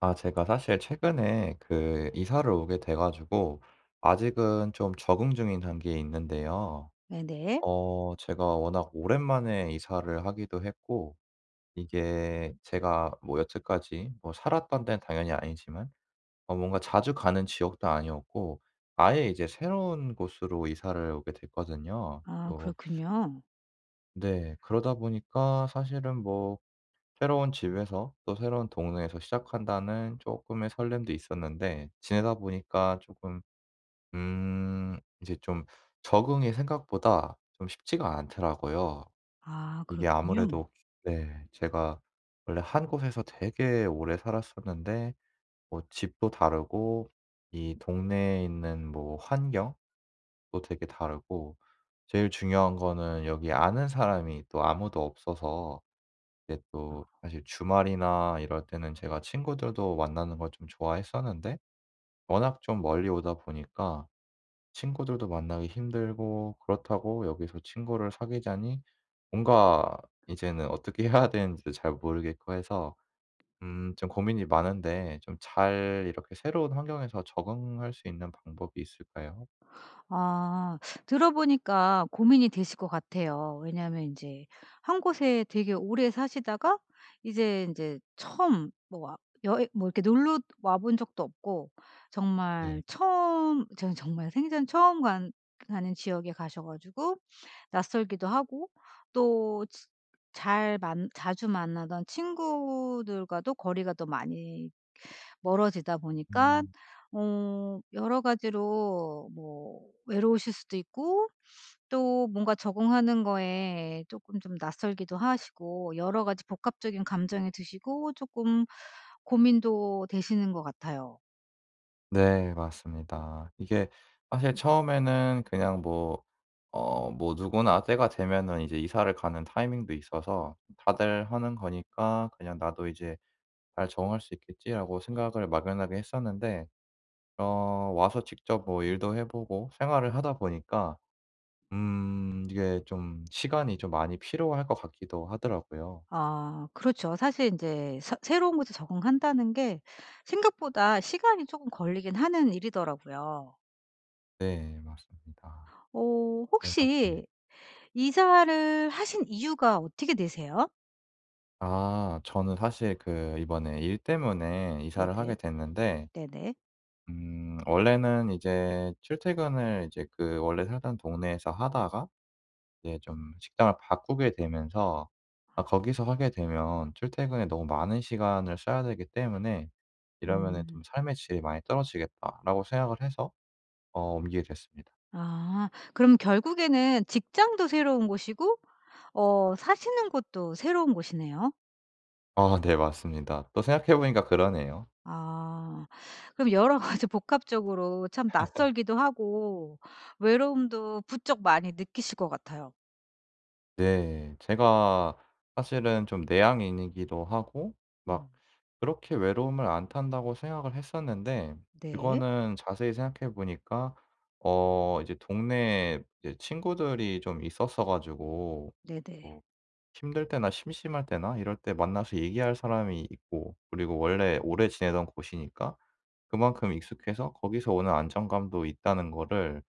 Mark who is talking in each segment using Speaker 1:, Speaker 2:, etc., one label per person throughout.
Speaker 1: 아, 제가 사실 최근에 그 이사를 오게 돼 가지고 아직은 좀 적응 중인 단계에 있는데요.
Speaker 2: 네네.
Speaker 1: 어, 제가 워낙 오랜만에 이사를 하기도 했고, 이게 제가 뭐 여태까지 뭐 살았던 데는 당연히 아니지만 어, 뭔가 자주 가는 지역도 아니었고 아예 이제 새로운 곳으로 이사를 오게 됐거든요.
Speaker 2: 아
Speaker 1: 또
Speaker 2: 그렇군요.
Speaker 1: 네, 그러다 보니까 사실은 뭐 새로운 집에서 또 새로운 동네에서 시작한다는 쪼끔의 설렘도 있었는데, 지내다 보니까 쪼금 이제 좀 적응이 생각보다 좀 쉽지가 않더라고요.
Speaker 2: 아
Speaker 1: 이게
Speaker 2: 그렇군요.
Speaker 1: 아무래도 네, 제가 원래 한 곳에서 되게 오래 살았었는데 뭐 집도 다르고 이 동네에 있는 뭐 환경도 되게 다르고, 제일 중요한 거는 여기 아는 사람이 또 아무도 없어서, 이게 또 사실 주말이나 이럴 때는 제가 친구들도 만나는 걸 좀 좋아했었는데, 워낙 좀 멀리 오다 보니까 친구들도 만나기 힘들고, 그렇다고 여기서 친구를 사귀자니 뭔가 이제는 어떻게 해야 되는지도 잘 모르겠고 해서 좀 고민이 많은데, 좀 잘 이렇게 새로운 환경에서 적응할 수 있는 방법이 있을까요?
Speaker 2: 아 들어보니까 고민이 되실 것 같아요. 왜냐하면 이제 한 곳에 되게 오래 사시다가 이제 처음 뭐 와 여행 뭐 이렇게 놀러 와본 적도 없고
Speaker 1: 네.
Speaker 2: 정말 처음 저는 정말 생전 처음 간 가는 지역에 가셔 가지고 낯설기도 하고 또 잘 만 자주 만나던 친구들과도 거리가 더 많이 멀어지다 보니까
Speaker 1: 음.
Speaker 2: 여러 가지로 뭐 외로우실 수도 있고 또 뭔가 적응하는 거에 조금 좀 낯설기도 하시고 여러 가지 복합적인 감정이 드시고 조금 고민도 되시는 것 같아요.
Speaker 1: 네, 맞습니다. 이게 사실 처음에는 그냥 뭐 어, 뭐 누구나 때가 되면은 이제 이사를 가는 타이밍도 있어서 다들 하는 거니까 '그냥 나도 이제 잘 적응할 수 있겠지.'라고 생각을 막연하게 했었는데, 어, 와서 직접 뭐 일도 해 보고 생활을 하다 보니까 이게 좀 시간이 좀 많이 필요할 것 같기도 하더라고요.
Speaker 2: 아 그렇죠. 사실 이제 서 새로운 곳에 적응한다는 게 생각보다 시간이 조금 걸리긴 하는 일이더라고요.
Speaker 1: 네, 맞습니다.
Speaker 2: 어
Speaker 1: 그래 가지고
Speaker 2: 혹시 이사를 하신 이유가 어떻게 되세요?
Speaker 1: 아, 저는 사실 그 이번에 일 때문에 이사를
Speaker 2: 네네.
Speaker 1: 하게 됐는데,
Speaker 2: 네네.
Speaker 1: 원래는 이제 출퇴근을 이제 그 원래 살던 동네에서 하다가 이제 좀 식당을 바꾸게 되면서 아, 거기서 하게 되면 출퇴근에 너무 많은 시간을 써야 되기 때문에 '이러면은 좀
Speaker 2: 음.
Speaker 1: 삶의 질이 많이 떨어지겠다.'라고 생각을 해서 어, 옮기게 됐습니다.
Speaker 2: 아 그럼 결국에는 직장도 새로운 곳이고 사시는 곳도 새로운 곳이네요.
Speaker 1: 아 네, 맞습니다. 또 생각해 보니까 그러네요.
Speaker 2: 아 그럼 여러 가지 복합적으로 참 낯설기도 하고 외로움도 부쩍 많이 느끼실 것 같아요.
Speaker 1: 네. 제가 사실은 좀 내향인이기도 하고
Speaker 2: 음.
Speaker 1: 막 그렇게 외로움을 안 탄다고 생각을 했었는데,
Speaker 2: 네.
Speaker 1: 그거는 자세히 생각해 보니까 어, 이제 동네에 이제 친구들이 좀 있었어 가지고
Speaker 2: 네네.
Speaker 1: 뭐 힘들 때나 심심할 때나 이럴 때 만나서 얘기할 사람이 있고, 그리고 원래 오래 지내던 곳이니까 그만큼 익숙해서 거기서 오는 안정감도 있다는 거를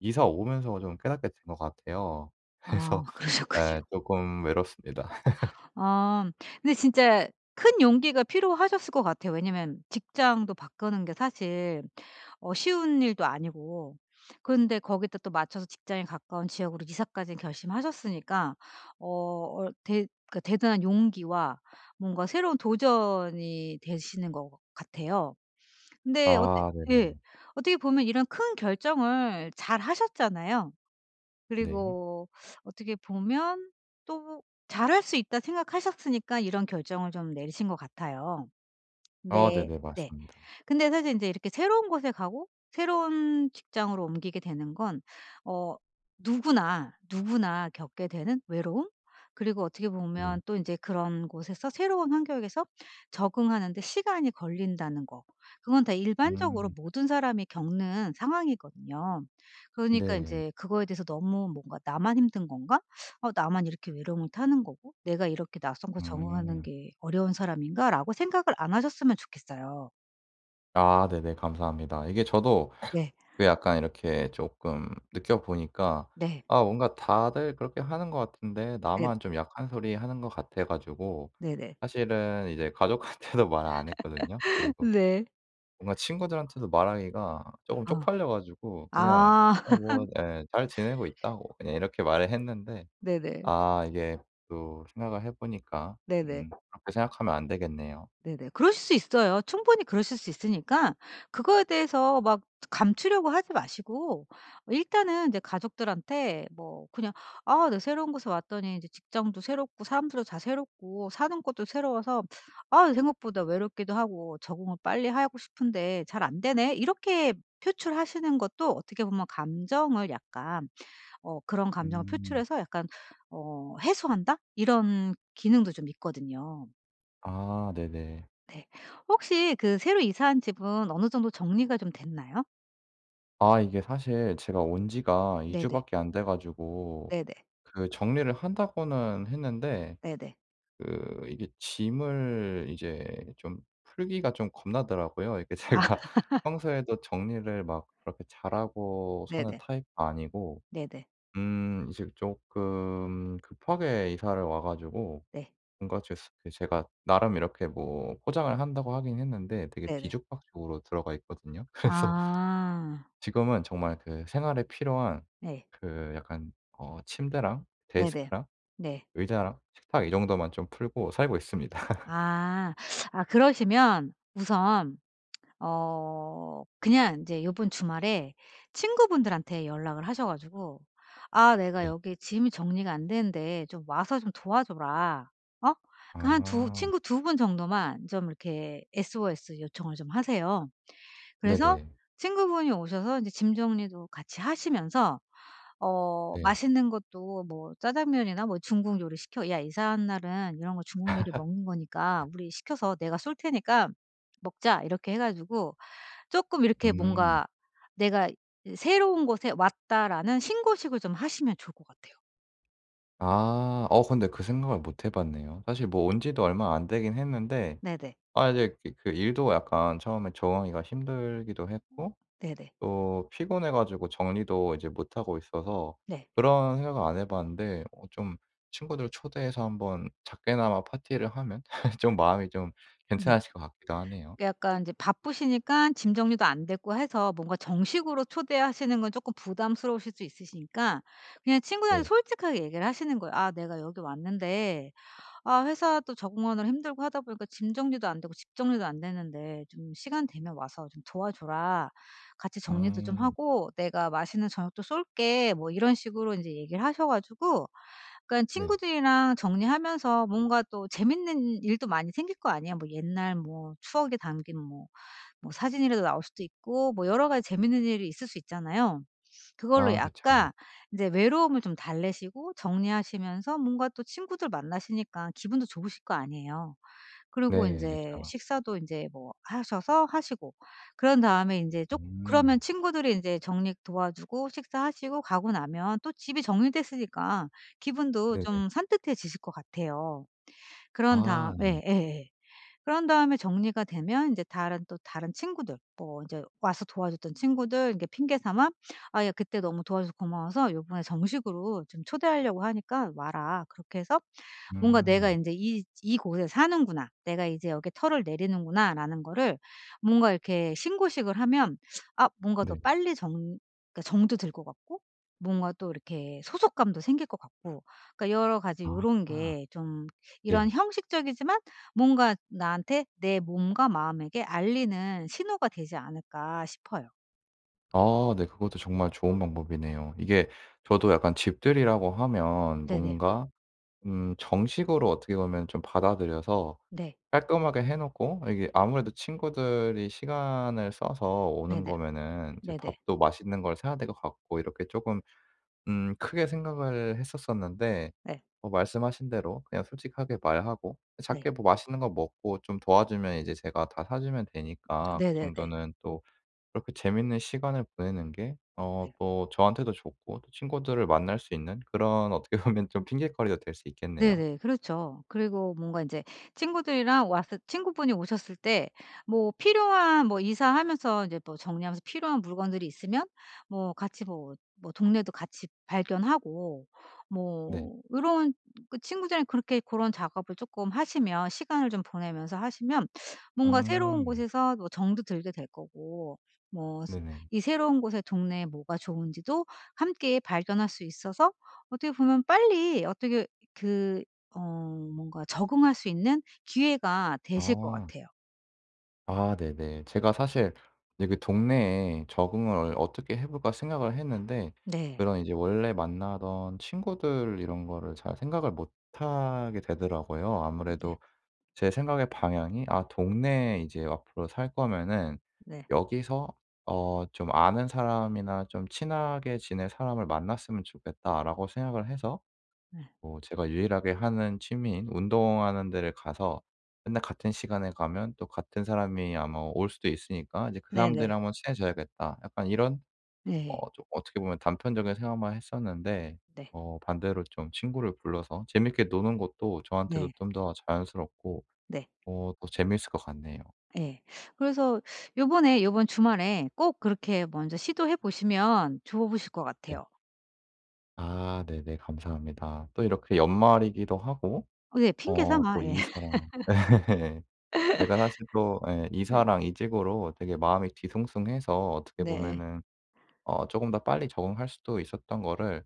Speaker 1: 이사 오면서 좀 깨닫게 된 것 같아요.
Speaker 2: 아
Speaker 1: 그래서
Speaker 2: 그러셨군요.
Speaker 1: 예. 조금 외롭습니다.
Speaker 2: 아. 근데 진짜 큰 용기가 필요하셨을 것 같아요. 왜냐면 직장도 바꾸는 게 사실 쉬운 일도 아니고 근데 거기다 또 맞춰서 직장에 가까운 지역으로 이사까지 결심하셨으니까 어 어 대 그 대단한 용기와 뭔가 새로운 도전이 되시는 것 같아요. 근데 어떻
Speaker 1: 아
Speaker 2: 예.
Speaker 1: 네네.
Speaker 2: 어떻게 보면 이런 큰 결정을 잘하셨잖아요.
Speaker 1: 네.
Speaker 2: 그리고 어떻게 보면 또 '잘할 수 있다.' 생각하셨으니까 이런 결정을 좀 내리신 것 같아요.
Speaker 1: 아
Speaker 2: 근데
Speaker 1: 네네.
Speaker 2: 네.
Speaker 1: 맞습니다.
Speaker 2: 근데 사실 인제 이렇게 새로운 곳에 가고 새로운 직장으로 옮기게 되는 건 어 누구나, 누구나 겪게 되는 외로움 그리고 어떻게
Speaker 1: 네.
Speaker 2: 보면 또 인제 그런 곳에서 새로운 환경에서 적응하는 데 시간이 걸린다는 거. 그건 다 일반적으로
Speaker 1: 음.
Speaker 2: 모든 사람이 겪는 상황이거든요. 그러니까
Speaker 1: 네.
Speaker 2: 인제 그거에 대해서 너무 뭔가 '나만 힘든 건가? 나만 이렇게 외로움을 타는 거고 내가 이렇게 낯선 곳 적응하는
Speaker 1: 음.
Speaker 2: 게 어려운 사람인가?'라고 생각을 안 하셨으면 좋겠어요.
Speaker 1: 아 네네. 감사합니다. 이게 저도
Speaker 2: 네.
Speaker 1: 그 약간 이렇게 조금 느껴보니까
Speaker 2: 네.
Speaker 1: 아, 뭔가 다들 그렇게 하는 것 같은데
Speaker 2: 네.
Speaker 1: 나만 좀 약한 소리 하는 것 같아 가지고
Speaker 2: 네네.
Speaker 1: 사실은 이제 가족한테도 말 안 했거든요. 그리고
Speaker 2: 네.
Speaker 1: 뭔가 친구들한테도 말하기가 조금
Speaker 2: 어.
Speaker 1: 쪽팔려 가지고 그냥
Speaker 2: 아.
Speaker 1: 어, 뭐 예, "잘 지내고 있다."고 그냥 이렇게 말을 했는데,
Speaker 2: 네네.
Speaker 1: 아, 이게 또 생각을 해 보니까
Speaker 2: 네네.
Speaker 1: 그렇게 생각하면 안 되겠네요.
Speaker 2: 네네. 그러실 수 있어요. 충분히 그러실 수 있으니까 그거에 대해서 막 감추려고 하지 마시고 일단은 이제 가족들한테 뭐 그냥 "아 나 새로운 곳에 왔더니 이제 직장도 새롭고 사람들도 다 새롭고 사는 곳도 새로워서 아 생각보다 외롭기도 하고 적응을 빨리 하고 싶은데 잘 안 되네." 이렇게 표출하시는 것도 어떻게 보면 감정을 약간 그런 감정을
Speaker 1: 음.
Speaker 2: 표출해서 약간 해소한다? 이런 기능도 좀 있거든요.
Speaker 1: 아 네네.
Speaker 2: 네. 혹시 그 새로 이사한 집은 어느 정도 정리가 좀 됐나요?
Speaker 1: 아, 이게 사실 제가 온 지가 2
Speaker 2: 네네.
Speaker 1: 주밖에 안 돼 가지고
Speaker 2: 네네.
Speaker 1: 그 정리를 한다고는 했는데,
Speaker 2: 네네.
Speaker 1: 그 이게 짐을 이제 좀 풀기가 좀 겁나더라고요. 이게
Speaker 2: 아
Speaker 1: 제가 평소에도 정리를 막 그렇게 잘하고 사는
Speaker 2: 네네.
Speaker 1: 타입도 아니고,
Speaker 2: 네네.
Speaker 1: 이제 조금 급하게 이사를 와 가지고
Speaker 2: 네.
Speaker 1: 뭔가 제 그 제가 나름 이렇게 뭐 포장을 한다고 하긴 했는데 되게
Speaker 2: 네네.
Speaker 1: 뒤죽박죽으로 들어가 있거든요. 그래서
Speaker 2: 아.
Speaker 1: 지금은 정말 그 생활에 필요한
Speaker 2: 네.
Speaker 1: 그 약간 어, 침대랑
Speaker 2: 네네.
Speaker 1: 데스크랑
Speaker 2: 네.
Speaker 1: 의자랑 식탁 이 정도만 좀 풀고 살고 있습니다.
Speaker 2: 아. 아 그러시면 우선 그냥 이제 요번 주말에 친구분들한테 연락을 하셔 가지고 "아 내가
Speaker 1: 네.
Speaker 2: 여기 짐이 정리가 안 되는데 좀 와서 좀 도와줘라." 어? 그 한 두
Speaker 1: 아.
Speaker 2: 친구 두 분 정도만 좀 이렇게 SOS 요청을 좀 하세요. 그래서
Speaker 1: 네네.
Speaker 2: 친구분이 오셔서 이제 짐 정리도 같이 하시면서
Speaker 1: 네.
Speaker 2: 맛있는 것도 뭐 짜장면이나 뭐 중국 요리 시켜 "야 이사한 날은 이런 거 중국 요리 먹는 거니까 우리 시켜서 내가 쏠 테니까 먹자." 이렇게 해 가지고 쪼끔 이렇게
Speaker 1: 음.
Speaker 2: 뭔가 '내가 이 새로운 곳에 왔다.'라는 신고식을 좀 하시면 좋을 것 같아요.
Speaker 1: 아. 어, 근데 그 생각을 못 해 봤네요. 사실 뭐 온 지도 얼마 안 되긴 했는데,
Speaker 2: 네네.
Speaker 1: 아, 이제 그 일도 약간 처음에 적응하기가 힘들기도 했고
Speaker 2: 네네.
Speaker 1: 또 피곤해 가지고 정리도 이제 못하고 있어서
Speaker 2: 네.
Speaker 1: 그런 생각을 안 해 봤는데, 어, 좀 친구들 초대해서 한번 작게나마 파티를 하면 좀 마음이 좀
Speaker 2: 네.
Speaker 1: 괜찮아질 것 같기도 하네요.
Speaker 2: 약간 이제 바쁘시니까 짐 정리도 안 됐고 해서 뭔가 정식으로 초대하시는 건 쪼끔 부담스러우실 수 있으시니까 그냥 친구들한테
Speaker 1: 네.
Speaker 2: 솔직하게 얘기를 하시는 거예요. "아 내가 여기 왔는데 아 회사도 적응하느라 힘들고 하다 보니까 짐 정리도 안 되고 집 정리도 안 되는데 좀 "시간 되면 와서 좀 도와줘라. 같이 정리도 좀
Speaker 1: 음.
Speaker 2: 하고 내가 맛있는 저녁도 쏠게." 뭐 이런 식으로 이제 얘기를 하셔 가지고 그러니까
Speaker 1: 네.
Speaker 2: 친구들이랑 정리하면서 뭔가 또 재밌는 일도 많이 생길 거 아니에요. 뭐 옛날 뭐 추억이 담긴 뭐 뭐 사진이라도 나올 수도 있고 뭐 여러 가지 재밌는 일이 있을 수 있잖아요. 그걸로
Speaker 1: 아 그쵸.
Speaker 2: 약간 이제 외로움을 좀 달래시고 정리하시면서 뭔가 또 친구들 만나시니까 기분도 좋으실 거 아니에요. 그리고
Speaker 1: 네
Speaker 2: 인제
Speaker 1: 그쵸.
Speaker 2: 식사도 인제 뭐 하셔서 하시고 그런 다음에 인제 쪼 그러면
Speaker 1: 음.
Speaker 2: 친구들이 인제 정리 도와주고 식사하시고 가고 나면 또 집이 정리됐으니까 기분도
Speaker 1: 네네.
Speaker 2: 좀 산뜻해지실 것 같아요. 그런 다음
Speaker 1: 아 네.
Speaker 2: 예 예예. 그런 다음에 정리가 되면 이제 다른 또 다른 친구들 뭐 이제 와서 도와줬던 친구들 이렇게 핑계 삼아 "아 야 그때 너무 도와줘서 고마워서 요번에 정식으로 좀 초대하려고 하니까 와라." 그렇게 해서 뭔가 '내가
Speaker 1: 음.
Speaker 2: 이제 이 이곳에 사는구나. 내가 이제 여기 털을 내리는구나.'라는 거를 뭔가 이렇게 신고식을 하면 아 뭔가 더
Speaker 1: 네.
Speaker 2: 빨리 정 그러니까 정도 들 것 같고 뭔가 또 이렇게 소속감도 생길 것 같고 그러니까 여러 가지 요런
Speaker 1: 아
Speaker 2: 게 좀 이런
Speaker 1: 네.
Speaker 2: 형식적이지만 뭔가 나한테 내 몸과 마음에게 알리는 신호가 되지 않을까 싶어요.
Speaker 1: 아 네, 그것도 정말 좋은 방법이네요. 이게 저도 약간 집들이라고 하면
Speaker 2: 네네.
Speaker 1: 뭔가 정식으로 어떻게 보면 좀 받아들여서
Speaker 2: 네.
Speaker 1: 깔끔하게 해 놓고, 이게 아무래도 친구들이 시간을 써서 오는
Speaker 2: 네네.
Speaker 1: 거면은 이제
Speaker 2: 네네.
Speaker 1: 밥도 맛있는 걸 사야 될 것 같고 이렇게 쪼금 크게 생각을 했었었는데,
Speaker 2: 네.
Speaker 1: 어, 말씀하신 대로 그냥 솔직하게 말하고
Speaker 2: 네.
Speaker 1: 작게 뭐 맛있는 거 먹고 좀 도와주면 이제 제가 다 사주면 되니까 그
Speaker 2: 네네네.
Speaker 1: 정도는 또 그렇게 재밌는 시간을 보내는 게 어,
Speaker 2: 네.
Speaker 1: 또 저한테도 좋고 또 친구들을 만날 수 있는 그런 어떻게 보면 좀 핑곗거리가 될 수 있겠네요.
Speaker 2: 네네. 그렇죠. 그리고 뭔가 인제 친구들이랑 왔을 친구분이 오셨을 때 뭐 필요한 뭐 이사하면서 인제 뭐 정리하면서 필요한 물건들이 있으면 뭐 같이 뭐 뭐 동네도 같이 발견하고
Speaker 1: 네.
Speaker 2: 뭐 요런 그 친구들이랑 그렇게 고런 작업을 쪼끔 하시면 시간을 좀 보내면서 하시면 뭔가 새로운
Speaker 1: 음.
Speaker 2: 곳에서 뭐 정도 들게 될 거고 뭐 스
Speaker 1: 네네.
Speaker 2: 이 새로운 곳의 동네에 뭐가 좋은지도 함께 발견할 수 있어서 어떻게 보면 빨리 어떻게 그 어 뭔가 적응할 수 있는 기회가 되실 것
Speaker 1: 아.
Speaker 2: 같아요.
Speaker 1: 아 네네. 제가 사실 이제 그 동네에 적응을 어떻게 해 볼까 생각을 했는데,
Speaker 2: 네.
Speaker 1: 그런 이제 원래 만나던 친구들 이런 거를 잘 생각을 못 하게 되더라고요.
Speaker 2: 네.
Speaker 1: 아무래도 제 생각의 방향이 '아, 동네에 이제 앞으로 살 거면은
Speaker 2: 네.
Speaker 1: 여기서 어, 좀 아는 사람이나 좀 친하게 지낼 사람을 만났으면 좋겠다.'라고 생각을 해서
Speaker 2: 네.
Speaker 1: 뭐 제가 유일하게 하는 취미인 운동하는 데를 가서 맨날 같은 시간에 가면 또 같은 사람이 아마 올 수도 있으니까 '이제 그
Speaker 2: 네네.
Speaker 1: 사람들이랑 한번 친해져야겠다.' 약간 이런
Speaker 2: 네.
Speaker 1: 어, 좀 어떻게 보면 단편적인 생각만 했었는데,
Speaker 2: 네.
Speaker 1: 어, 반대로 좀 친구를 불러서 재밌게 노는 것도 저한테도
Speaker 2: 네.
Speaker 1: 좀 더 자연스럽고
Speaker 2: 네.
Speaker 1: 어, 더 재미있을 것 같네요.
Speaker 2: 예. 그래서 요번 주말에 꼭 그렇게 먼저 시도해 보시면 좋으실 것
Speaker 1: 네.
Speaker 2: 같아요.
Speaker 1: 아 네네. 감사합니다. 또 이렇게 연말이기도 하고
Speaker 2: 네. 핑계
Speaker 1: 어, 또
Speaker 2: 삼아. 예.
Speaker 1: 이 사람 예. 제가 사실 또 예,
Speaker 2: 네.
Speaker 1: 이사랑 이직으로 되게 마음이 뒤숭숭해서 어떻게
Speaker 2: 네.
Speaker 1: 보면은 어금더 빨리 적응할 수도 있었던 거를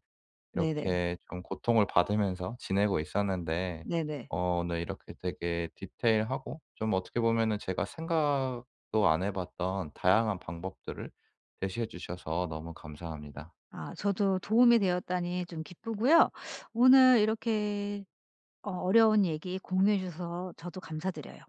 Speaker 2: 네네.
Speaker 1: 이렇게 좀 고통을 받으면서 지내고 있었는데,
Speaker 2: 네네.
Speaker 1: 어, 오늘 이렇게 되게 디테일하고 좀 어떻게 보면은 제가 생각도 안 해 봤던 다양한 방법들을 제시해 주셔서 너무 감사합니다.
Speaker 2: 아 저도 도움이 되었다니 좀 기쁘고요. 오늘 이렇게 어려운 얘기 공유해 주셔서 저도 감사드려요.